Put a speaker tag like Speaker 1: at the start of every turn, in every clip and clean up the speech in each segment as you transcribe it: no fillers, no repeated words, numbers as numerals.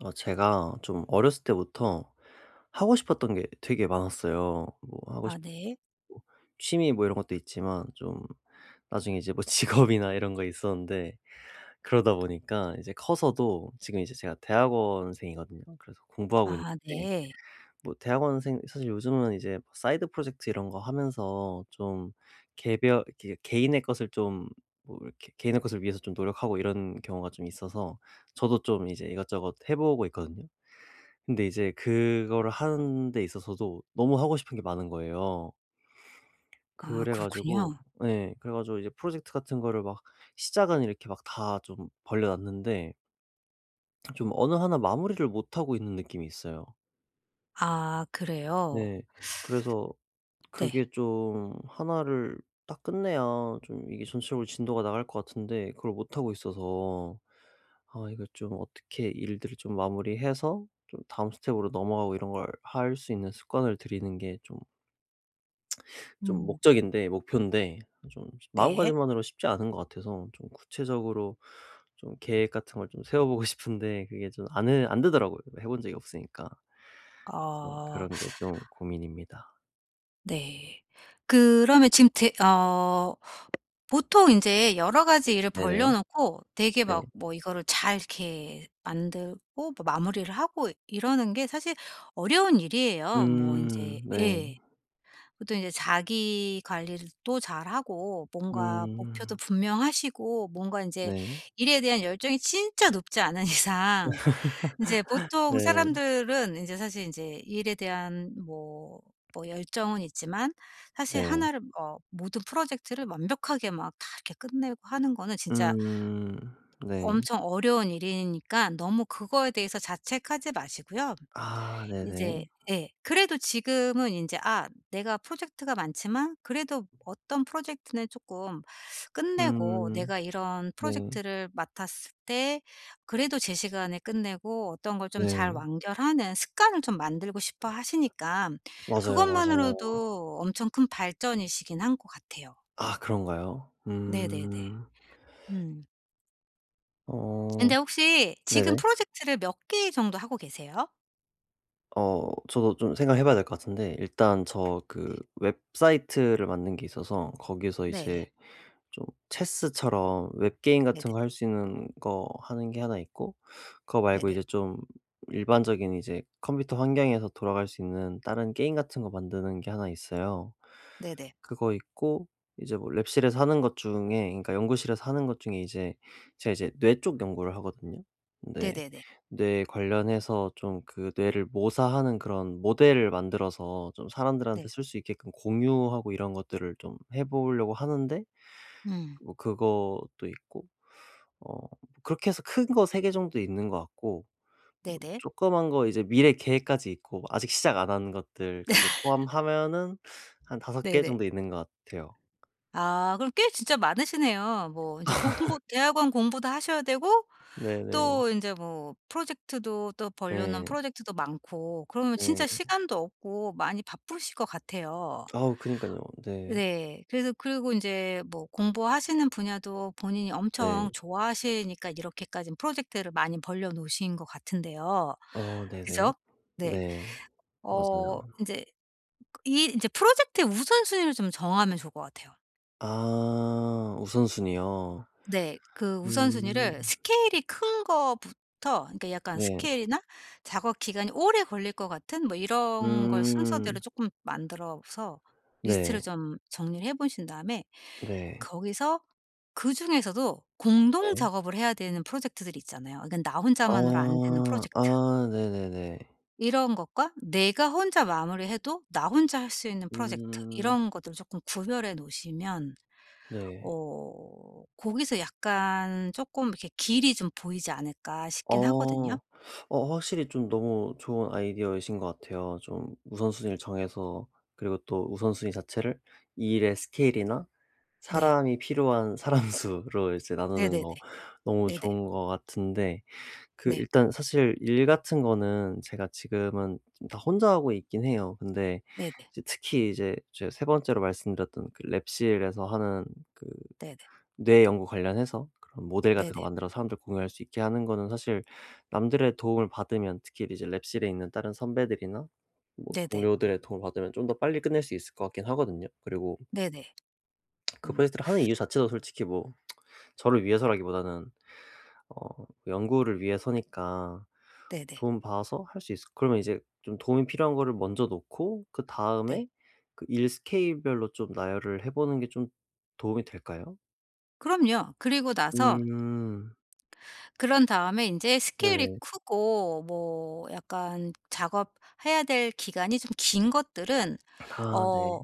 Speaker 1: 제가 좀 어렸을 때부터 하고 싶었던 게 되게 많았어요. 뭐 하고
Speaker 2: 아
Speaker 1: 싶고
Speaker 2: 네.
Speaker 1: 취미 뭐 이런 것도 있지만 좀 나중에 이제 뭐 직업이나 이런 거 있었는데, 그러다 보니까 이제 커서도, 지금 이제 제가 대학원생이거든요. 그래서 공부하고
Speaker 2: 아
Speaker 1: 있는데,
Speaker 2: 네.
Speaker 1: 뭐 대학원생 사실 요즘은 이제 뭐 사이드 프로젝트 이런 거 하면서 좀 개별 이렇게 개인의 것을 좀, 뭐 이렇게 개인의 것을 위해서 좀 노력하고 이런 경우가 좀 있어서 저도 좀 이제 이것저것 해 보고 있거든요. 근데 이제 그거를 하는 데 있어서도 너무 하고 싶은 게 많은 거예요.
Speaker 2: 아
Speaker 1: 그래 가지고.
Speaker 2: 그렇군요.
Speaker 1: 네, 그래 가지고 이제 프로젝트 같은 거를 막 시작은 이렇게 막 다 좀 벌려 놨는데 좀 어느 하나 마무리를 못 하고 있는 느낌이 있어요.
Speaker 2: 아 그래요.
Speaker 1: 네. 그래서
Speaker 2: 네.
Speaker 1: 그게 좀 하나를 딱 끝내야 좀 이게 전체적으로 진도가 나갈 것 같은데, 그걸 못 하고 있어서 아 이거 좀 어떻게 일들을 좀 마무리해서 좀 다음 스텝으로 넘어가고 이런 걸 할 수 있는 습관을 들이는 게좀, 좀
Speaker 2: 음
Speaker 1: 목적인데 목표인데, 좀
Speaker 2: 네.
Speaker 1: 마음가짐만으로 쉽지 않은 것 같아서, 좀 구체적으로 좀 계획 같은 걸 좀 세워보고 싶은데 그게 좀 안 되더라고요. 해본 적이 없으니까. 그래서
Speaker 2: 어
Speaker 1: 그런 게 좀 고민입니다.
Speaker 2: 네. 그러면 지금 대 어 보통 이제 여러 가지 일을 벌려
Speaker 1: 네네.
Speaker 2: 놓고 되게
Speaker 1: 네.
Speaker 2: 막 뭐 이거를 잘 이렇게 만들고 뭐 마무리를 하고 이러는 게 사실 어려운 일이에요. 뭐 이제
Speaker 1: 네.
Speaker 2: 예. 보통 이제 자기 관리를 또 잘하고 뭔가 목표도
Speaker 1: 음
Speaker 2: 분명하시고 뭔가 이제
Speaker 1: 네.
Speaker 2: 일에 대한 열정이 진짜 높지 않은 이상 이제 보통
Speaker 1: 네.
Speaker 2: 사람들은 이제 사실 인제 일에 대한 뭐 뭐 열정은 있지만 사실
Speaker 1: 네.
Speaker 2: 하나를 모든 프로젝트를 완벽하게 막 다 이렇게 끝내고 하는 거는 진짜
Speaker 1: 음 네.
Speaker 2: 엄청 어려운 일이니까 너무 그거에 대해서 자책하지 마시고요.
Speaker 1: 아 네네.
Speaker 2: 이제 예. 그래도 지금은 인제 아 내가 프로젝트가 많지만 그래도 어떤 프로젝트는 쪼끔 끝내고
Speaker 1: 음
Speaker 2: 내가 이런
Speaker 1: 네.
Speaker 2: 프로젝트를 맡았을 때 그래도 제 시간에 끝내고 어떤 걸 좀 잘
Speaker 1: 네.
Speaker 2: 완결하는 습관을 좀 만들고 싶어 하시니까
Speaker 1: 맞아요, 맞아요.
Speaker 2: 그것만으로도 엄청 큰 발전이시긴 한 것 같아요.
Speaker 1: 아 그런가요?
Speaker 2: 네네네.
Speaker 1: 음.
Speaker 2: 음. 근데
Speaker 1: 어
Speaker 2: 혹시 지금
Speaker 1: 네네.
Speaker 2: 프로젝트를 몇 개 정도 하고 계세요?
Speaker 1: 어 저도 좀 생각해 봐야 될 것 같은데, 일단 저 그 웹사이트를 만든 게 있어서 거기서
Speaker 2: 네네.
Speaker 1: 이제 좀 체스처럼 웹게임
Speaker 2: 네네.
Speaker 1: 같은 거 할 수 있는 거 하는 게 하나 있고, 그거 말고
Speaker 2: 네네.
Speaker 1: 이제 좀 일반적인 이제 컴퓨터 환경에서 돌아갈 수 있는 다른 게임 같은 거 만드는 게 하나 있어요.
Speaker 2: 네네.
Speaker 1: 그거 있고, 이제 뭐 랩실에서 하는 것 중에, 그러니까 연구실에서 하는 것 중에 이제 제가 이제 뇌쪽 연구를 하거든요. 근데
Speaker 2: 네네네.
Speaker 1: 뇌 관련해서 좀 그 뇌를 모사하는 그런 모델을 만들어서 좀
Speaker 2: 네.
Speaker 1: 사람들한테 쓸 수 있게끔 공유하고 이런 것들을 좀 해 보려고 하는데,
Speaker 2: 음.
Speaker 1: 뭐 그것도 있고, 뭐 그렇게 해서 큰 거 3개 정도 있는 것 같고, 뭐
Speaker 2: 네네.
Speaker 1: 조그만 거 이제 미래 계획까지 있고 뭐 아직 시작 안 한 것들까지 포함하면은 한 5개
Speaker 2: 네네.
Speaker 1: 정도 있는 것 같아요.
Speaker 2: 아 그럼 꽤 진짜 많으시네요. 뭐 이제 공부 대학원 공부도 하셔야 되고
Speaker 1: 네네.
Speaker 2: 또 이제 뭐 프로젝트도 또 벌려는
Speaker 1: 네.
Speaker 2: 프로젝트도 많고 그러면 진짜
Speaker 1: 네.
Speaker 2: 시간도 없고 많이 바쁘실 것 같아요.
Speaker 1: 아우 그니깐요. 네.
Speaker 2: 네. 그래서 그리고 이제 뭐 공부하시는 분야도 본인이
Speaker 1: 네.
Speaker 2: 엄청 좋아하시니까 이렇게까지 프로젝트를 많이 벌려 놓으신 것 같은데요.
Speaker 1: 어 네네.
Speaker 2: 그죠? 네.
Speaker 1: 네.
Speaker 2: 어
Speaker 1: 맞아요.
Speaker 2: 이제 이 이제 프로젝트의 우선순위를 좀 정하면 좋을 것 같아요.
Speaker 1: 아 우선순위요.
Speaker 2: 네. 그
Speaker 1: 음.
Speaker 2: 우선순위를 스케일이 큰 거부터 그러니까 약간
Speaker 1: 네.
Speaker 2: 스케일이나 작업 기간이 오래 걸릴 것 같은 뭐 이런 걸
Speaker 1: 음.
Speaker 2: 순서대로 쪼끔 만들어서 리스트를
Speaker 1: 네.
Speaker 2: 좀 정리를 해 보신 다음에
Speaker 1: 네.
Speaker 2: 거기서 그중에서도 공동
Speaker 1: 네.
Speaker 2: 작업을 해야 되는 프로젝트들이 있잖아요. 이건 나 혼자만으로 안 되는
Speaker 1: 아.
Speaker 2: 프로젝트.
Speaker 1: 아 네네네.
Speaker 2: 이런 것과 내가 혼자 마무리해도 나 혼자 할 수 있는 프로젝트
Speaker 1: 음.
Speaker 2: 이런 것들을 쪼끔 구별해 놓으시면
Speaker 1: 네.
Speaker 2: 거기서 약간 조금 이렇게 길이 좀 보이지 않을까 싶긴 하거든요.
Speaker 1: 어. 확실히 좀 너무 좋은 아이디어이신 것 같아요. 좀 우선순위를 정해서, 그리고 또 우선순위 자체를 이 일의 스케일이나
Speaker 2: 네.
Speaker 1: 사람이 필요한 사람 수로 이제 나누는
Speaker 2: 네네네.
Speaker 1: 거 너무
Speaker 2: 네네.
Speaker 1: 좋은 것 같은데, 그
Speaker 2: 네.
Speaker 1: 일단 사실 일 같은 거는 제가 지금은 좀다 혼자 하고 있긴 해요. 근데
Speaker 2: 네네.
Speaker 1: 이제 특히 이제 제가 세 번째로 말씀드렸던 그 랩실에서 하는 그
Speaker 2: 네네.
Speaker 1: 뇌 연구 관련해서 그런 모델 같은 거
Speaker 2: 네네.
Speaker 1: 만들어서 사람들 공유할 수 있게 하는 거는, 사실 남들의 도움을 받으면, 특히 이제 랩실에 있는 다른 선배들이나 뭐
Speaker 2: 네네.
Speaker 1: 동료들의 도움을 받으면 좀 더 빨리 끝낼 수 있을 것 같긴 하거든요. 그리고
Speaker 2: 네네.
Speaker 1: 그
Speaker 2: 음.
Speaker 1: 프로젝트를 하는 이유 자체도 솔직히 뭐 저를 위해서라기보다는 어 연구를 위해서니까,
Speaker 2: 네네.
Speaker 1: 도움 받아서 할 수 있을, 그러면 이제 좀 도움이 필요한 거를 먼저 놓고,
Speaker 2: 네.
Speaker 1: 그다음에 그 일 스케일별로 좀 나열을 해 보는 게 좀 도움이 될까요?
Speaker 2: 그럼요. 그리고 나서
Speaker 1: 음.
Speaker 2: 그런 다음에 이제 스케일이
Speaker 1: 네네.
Speaker 2: 크고 뭐 약간 작업해야 될 기간이 좀 긴 것들은
Speaker 1: 아 네.
Speaker 2: 어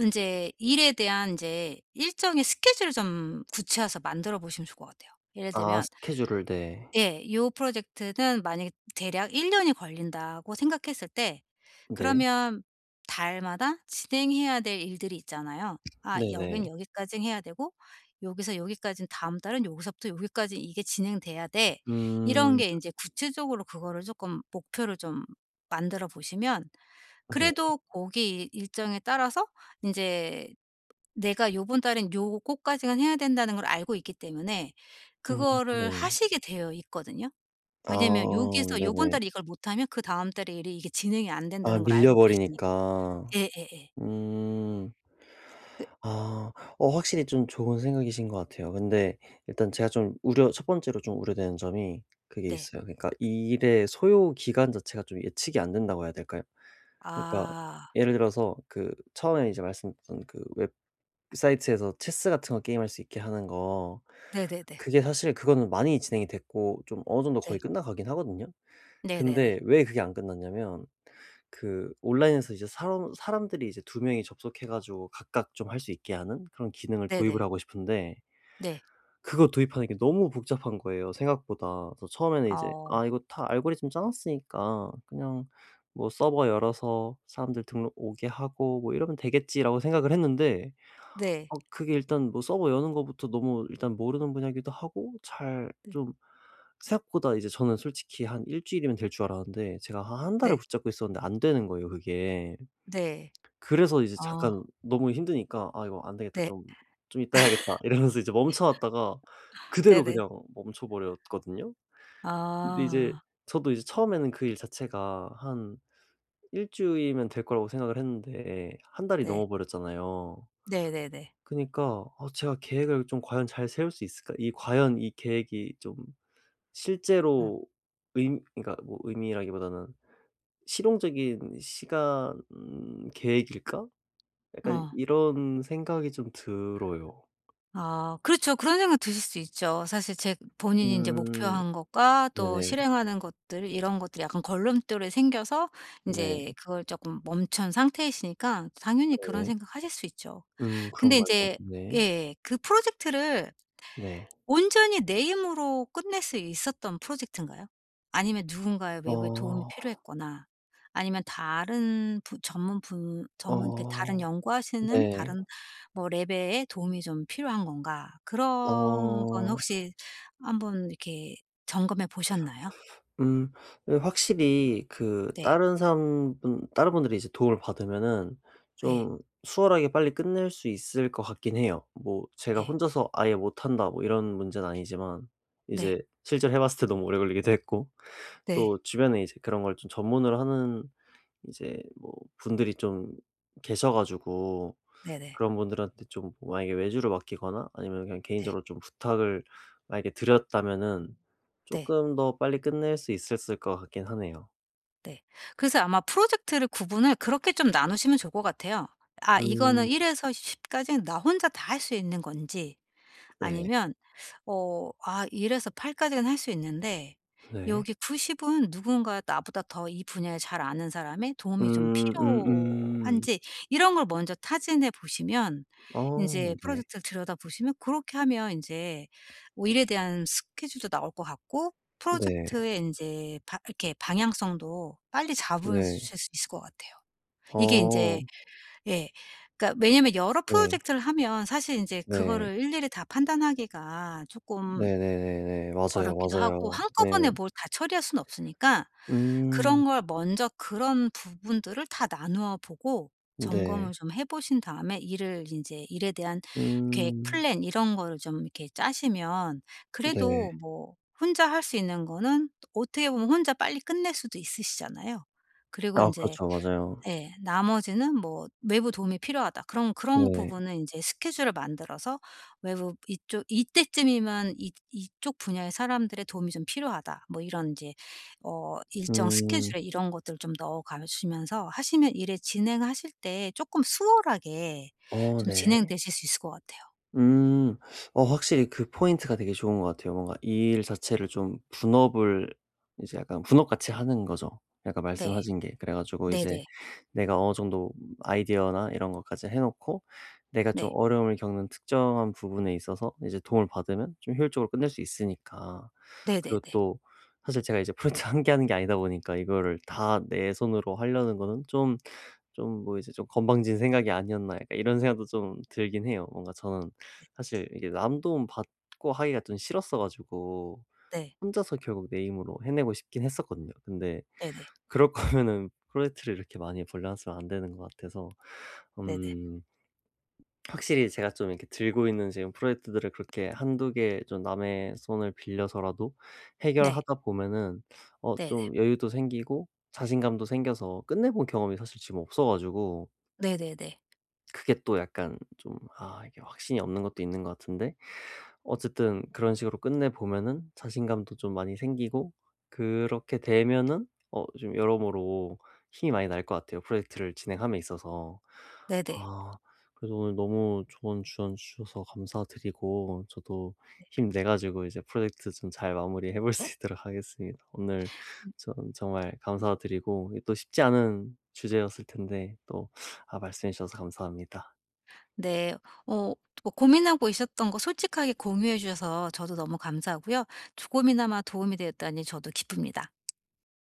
Speaker 2: 이제 일에 대한 이제 일정의 스케줄을 좀 구체화해서 만들어 보시면 좋을 것 같아요. 예를
Speaker 1: 아
Speaker 2: 들면
Speaker 1: 스케줄을 네.
Speaker 2: 예. "요 프로젝트는 만약에 대략 1년 년이 걸린다."고 생각했을 때
Speaker 1: 네.
Speaker 2: 그러면 달마다 진행해야 될 일들이 있잖아요. 아 여긴
Speaker 1: 네네.
Speaker 2: 여기까지 해야 되고 여기서 여기까지는 다음 달은 여기서부터 여기까지 이게 진행돼야 돼. 이런
Speaker 1: 음.
Speaker 2: 게 이제 구체적으로 그거를 조금 목표를 좀 만들어 보시면
Speaker 1: 네.
Speaker 2: 그래도 거기 일정에 따라서 이제 내가 요번 달엔 요거까지는 해야 된다는 걸 알고 있기 때문에
Speaker 1: 음 네.
Speaker 2: 그거를 하시게 되어 있거든요.
Speaker 1: 아
Speaker 2: 왜냐면 여기서 요번
Speaker 1: 네네.
Speaker 2: 달에 이걸 못하면 그다음 달에 일이 이게 진행이 안
Speaker 1: 아
Speaker 2: 된다는 걸
Speaker 1: 밀려
Speaker 2: 알고 계시니까.
Speaker 1: 버리니까.
Speaker 2: 예예예.
Speaker 1: 음.
Speaker 2: 그
Speaker 1: 아. 확실히 좀 좋은 생각이신 것 같아요. 근데 일단 제가 좀 우려 첫 번째로 좀 우려되는 점이 그게
Speaker 2: 네.
Speaker 1: 있어요. 그러니까 이 일의 소요 기간 자체가 좀 예측이 안 된다고 해야 될까요? 그러니까
Speaker 2: 아.
Speaker 1: 예를 들어서 그 처음에 이제 말씀드렸던 그웹 그 사이트에서 체스 같은 거 게임할 수 있게 하는 거,
Speaker 2: 네네네.
Speaker 1: 그게 사실 그거는 많이 진행이 됐고 좀 어느 정도
Speaker 2: 네.
Speaker 1: 거의 끝나가긴 하거든요.
Speaker 2: 네네네.
Speaker 1: 근데 왜 그게 안 끝났냐면 그 온라인에서 이제 사람들이 이제 두 명이 접속해 가지고 각각 좀 할 수 있게 하는 그런 기능을
Speaker 2: 네네.
Speaker 1: 도입을 하고 싶은데,
Speaker 2: 네.
Speaker 1: 그거 도입하는 게 너무 복잡한 거예요 생각보다. 그래서 처음에는 이제
Speaker 2: 어.
Speaker 1: '아 이거 다 알고리즘 짜 놨으니까 그냥 뭐 서버 열어서 사람들 등록 오게 하고 뭐 이러면 되겠지.'라고 생각을 했는데,
Speaker 2: 네.
Speaker 1: 어 그게 일단 뭐 서버 여는 거부터 너무 일단 모르는 분야기도 하고 잘
Speaker 2: 네.
Speaker 1: 좀, 생각보다 이제 저는 솔직히 한 일 주일이면 될 줄 알았는데 제가 한 한 달을
Speaker 2: 네.
Speaker 1: 붙잡고 있었는데 안 되는 거예요 그게.
Speaker 2: 네.
Speaker 1: 그래서 이제
Speaker 2: 어.
Speaker 1: 잠깐 너무 힘드니까 '아 이거 안 되겠다.
Speaker 2: 네.
Speaker 1: 좀 좀 이따 해야겠다.' 이러면서 이제 멈춰 놨다가 그대로
Speaker 2: 네네.
Speaker 1: 그냥 멈춰 버렸거든요. 근데 이제,
Speaker 2: 아.
Speaker 1: 저도 이제 처음에는 그 일 자체가 한 일 주이면 될 거라고 생각을 했는데 한 달이
Speaker 2: 네.
Speaker 1: 넘어 버렸잖아요.
Speaker 2: 네네네.
Speaker 1: 그니까 어 제가 계획을 좀 과연 잘 세울 수 있을까? 이 과연 이 계획이 좀
Speaker 2: 어.
Speaker 1: 실제로 의, 그러니까 뭐 의미라기보다는 '실용적인 시간 계획일까?' 약간
Speaker 2: 어.
Speaker 1: 이런 생각이 좀 들어요.
Speaker 2: 아 그렇죠. 그런 생각 드실 수 있죠. 사실 제 본인이 이제
Speaker 1: 음
Speaker 2: 목표한 것과 또
Speaker 1: 네네.
Speaker 2: 실행하는 것들 이런 것들이 약간 걸림돌이 생겨서 이
Speaker 1: 네.
Speaker 2: 제 그걸 조금 멈춘 상태이시니까 당연히 그런
Speaker 1: 네네.
Speaker 2: 생각하실 수 있죠. 근데 이
Speaker 1: 그런가요?
Speaker 2: 제
Speaker 1: 네.
Speaker 2: 예 그 프로젝트를
Speaker 1: 네.
Speaker 2: 온전히 내 힘으로 끝낼 수 있었던 프로젝트인가요? 아니면 누군가의 외부의 도움이
Speaker 1: 어.
Speaker 2: 필요했거나 아니면 다른 부 전문 분 전문 그 다른
Speaker 1: 어.
Speaker 2: 연구하시는
Speaker 1: 네.
Speaker 2: 다른 뭐 랩의 도움이 좀 필요한 건가? 그런 건
Speaker 1: 어.
Speaker 2: 혹시 한번 이렇게 점검해 보셨나요?
Speaker 1: 음. 예 확실히 그
Speaker 2: 네.
Speaker 1: 다른 사람분 다른 분들이 이제 도움을 받으면은
Speaker 2: 네
Speaker 1: 좀 수월하게 빨리 끝낼 수 있을 것 같긴 해요. 뭐 제가
Speaker 2: 네.
Speaker 1: 혼자서 아예 못한다 뭐 이런 문제는 아니지만
Speaker 2: 네.
Speaker 1: 이제 실제로 해 봤을 때 너무 오래 걸리기도 했고,
Speaker 2: 네.
Speaker 1: 또 주변에 이제 그런 걸 좀 전문으로 하는 이제 뭐 분들이 좀 계셔 가지고,
Speaker 2: 네 네.
Speaker 1: 그런 분들한테 좀 만약에 외주를 맡기거나 아니면 그냥
Speaker 2: 네. 네.
Speaker 1: 개인적으로 좀 부탁을 만약에 드렸다면은
Speaker 2: 네.
Speaker 1: 쪼끔 더 빨리 끝낼 수 있었을 것 같긴 하네요.
Speaker 2: 네. 그래서 아마 프로젝트를 구분을 그렇게 좀 나누시면 좋을 것 같아요. 아 이거는
Speaker 1: 음
Speaker 2: 1 에서 10 까지는 나 혼자 다 할 수 있는 건지
Speaker 1: 네.
Speaker 2: 아니면 1 에서 8 까지는 할 수 있는데
Speaker 1: 네.
Speaker 2: 여기 90은 누군가 나보다 더 이 분야에 잘 아는 사람의 도움이 좀
Speaker 1: 음음.
Speaker 2: 필요한지 이런 걸 먼저 타진해 보시면
Speaker 1: 아
Speaker 2: 인제
Speaker 1: 네.
Speaker 2: 프로젝트를 들여다보시면 고렇게 하면 인제 뭐 일에 대한 스케줄도 나올 것 같고
Speaker 1: 네.
Speaker 2: 프로젝트의 인제 바 이렇게 방향성도 빨리
Speaker 1: 네.
Speaker 2: 잡으실 수 있을 것 같아요. 이게
Speaker 1: 어
Speaker 2: 인제 예. 그러니까 왜냐면 여러
Speaker 1: 네.
Speaker 2: 프로젝트를 하면 사실 인제
Speaker 1: 네.
Speaker 2: 그거를 일일이 다 판단하기가 쪼끔
Speaker 1: 네네네네. 맞아요,
Speaker 2: 어렵기도 하고
Speaker 1: 맞아요. 네.
Speaker 2: 한꺼번에 뭘 다 처리할 수는 없으니까
Speaker 1: 음
Speaker 2: 그런 걸 먼저 그런 부분들을 다 나누어 보고 점검을
Speaker 1: 네.
Speaker 2: 좀 해 보신 다음에 일을 인제 일에 대한 계획,
Speaker 1: 음
Speaker 2: 플랜 이런 거를 좀 이렇게 짜시면
Speaker 1: 네.
Speaker 2: 그래도 뭐 혼자 할 수 있는 거는 어떻게 보면 혼자 빨리 끝낼 수도 있으시잖아요. 그리고
Speaker 1: 아
Speaker 2: 인제
Speaker 1: 그렇죠. 맞아요.
Speaker 2: 예. 나머지는 뭐 "외부 도움이 필요하다." 그럼 그런
Speaker 1: 네.
Speaker 2: 부분은 인제 스케줄을 만들어서 외부 "이쪽 이때쯤이면 이 이쪽 분야의 사람들의 도움이 좀 필요하다." 뭐 이런 인제 일정
Speaker 1: 음
Speaker 2: 스케줄에 이런 것들을 좀 넣어 가시면서 하시면 일에 진행하실 때 쪼끔 수월하게
Speaker 1: 어
Speaker 2: 좀
Speaker 1: 네.
Speaker 2: 진행되실 수 있을 것 같아요.
Speaker 1: 음. 확실히 그 포인트가 되게 좋은 것 같아요. 뭔가 일 자체를 좀 분업을 이제 약간 분업같이 하는 거죠. 약간
Speaker 2: 네.
Speaker 1: 말씀하신 게. 그래 가지고 이제
Speaker 2: 네네.
Speaker 1: 내가 어느 정도 아이디어나 이런 것까지 해 놓고, 내가 좀
Speaker 2: 네.
Speaker 1: 어려움을 겪는 특정한 부분에 있어서 이제 도움을 받으면 좀 효율적으로 끝낼 수 있으니까. 그리고
Speaker 2: 네네네.
Speaker 1: 또 사실 제가 이제 프로젝트 1개 하는 게 아니다 보니까 이거를 다 내 손으로 하려는 거는 좀, 좀 뭐 이제 좀 '건방진 생각이 아니었나.' 약간 이런 생각도 좀 들긴 해요. 뭔가 저는
Speaker 2: 네.
Speaker 1: 사실 이게 남돈 받고 하기가 좀 싫었어 가지고
Speaker 2: 네.
Speaker 1: 혼자서 결국 내 힘으로 해내고 싶긴 했었거든요. 근데
Speaker 2: 네네.
Speaker 1: 그럴 거면은 프로젝트를 이렇게 많이 벌려놨으면 안 되는 것 같아서.
Speaker 2: 네네.
Speaker 1: 음. 확실히 제가 좀 이렇게 들고 있는 지금 프로젝트들을 그렇게 한두 개 좀 남의 손을 빌려서라도
Speaker 2: 네.
Speaker 1: 해결하다 보면은, 어
Speaker 2: 네네. 네네.
Speaker 1: 좀 여유도 생기고 자신감도 생겨서, 끝내 본 경험이 사실 지금 없어 가지고
Speaker 2: 네네네.
Speaker 1: 그게 또 약간 좀, 아 이게 확신이 없는 것도 있는 것 같은데 어쨌든 그런 식으로 끝내 보면은 자신감도 좀 많이 생기고 그렇게 되면은 어 좀 여러모로 힘이 많이 날 것 같아요, 프로젝트를 진행함에 있어서.
Speaker 2: 네네.
Speaker 1: 아 그래도 오늘 너무 좋은 조언 주셔서 감사드리고, 저도 힘내 가지고 이제 프로젝트 좀 잘 마무리해 볼 수 있도록 하겠습니다. 오늘 전 정말 감사드리고, 또 쉽지 않은 주제였을 텐데 또 아 말씀해 주셔서 감사합니다.
Speaker 2: 네. 어 뭐 고민하고 있었던 거 솔직하게 공유해 주셔서 저도 너무 감사하고요. 조금이나마 도움이 되었다니 저도 기쁩니다.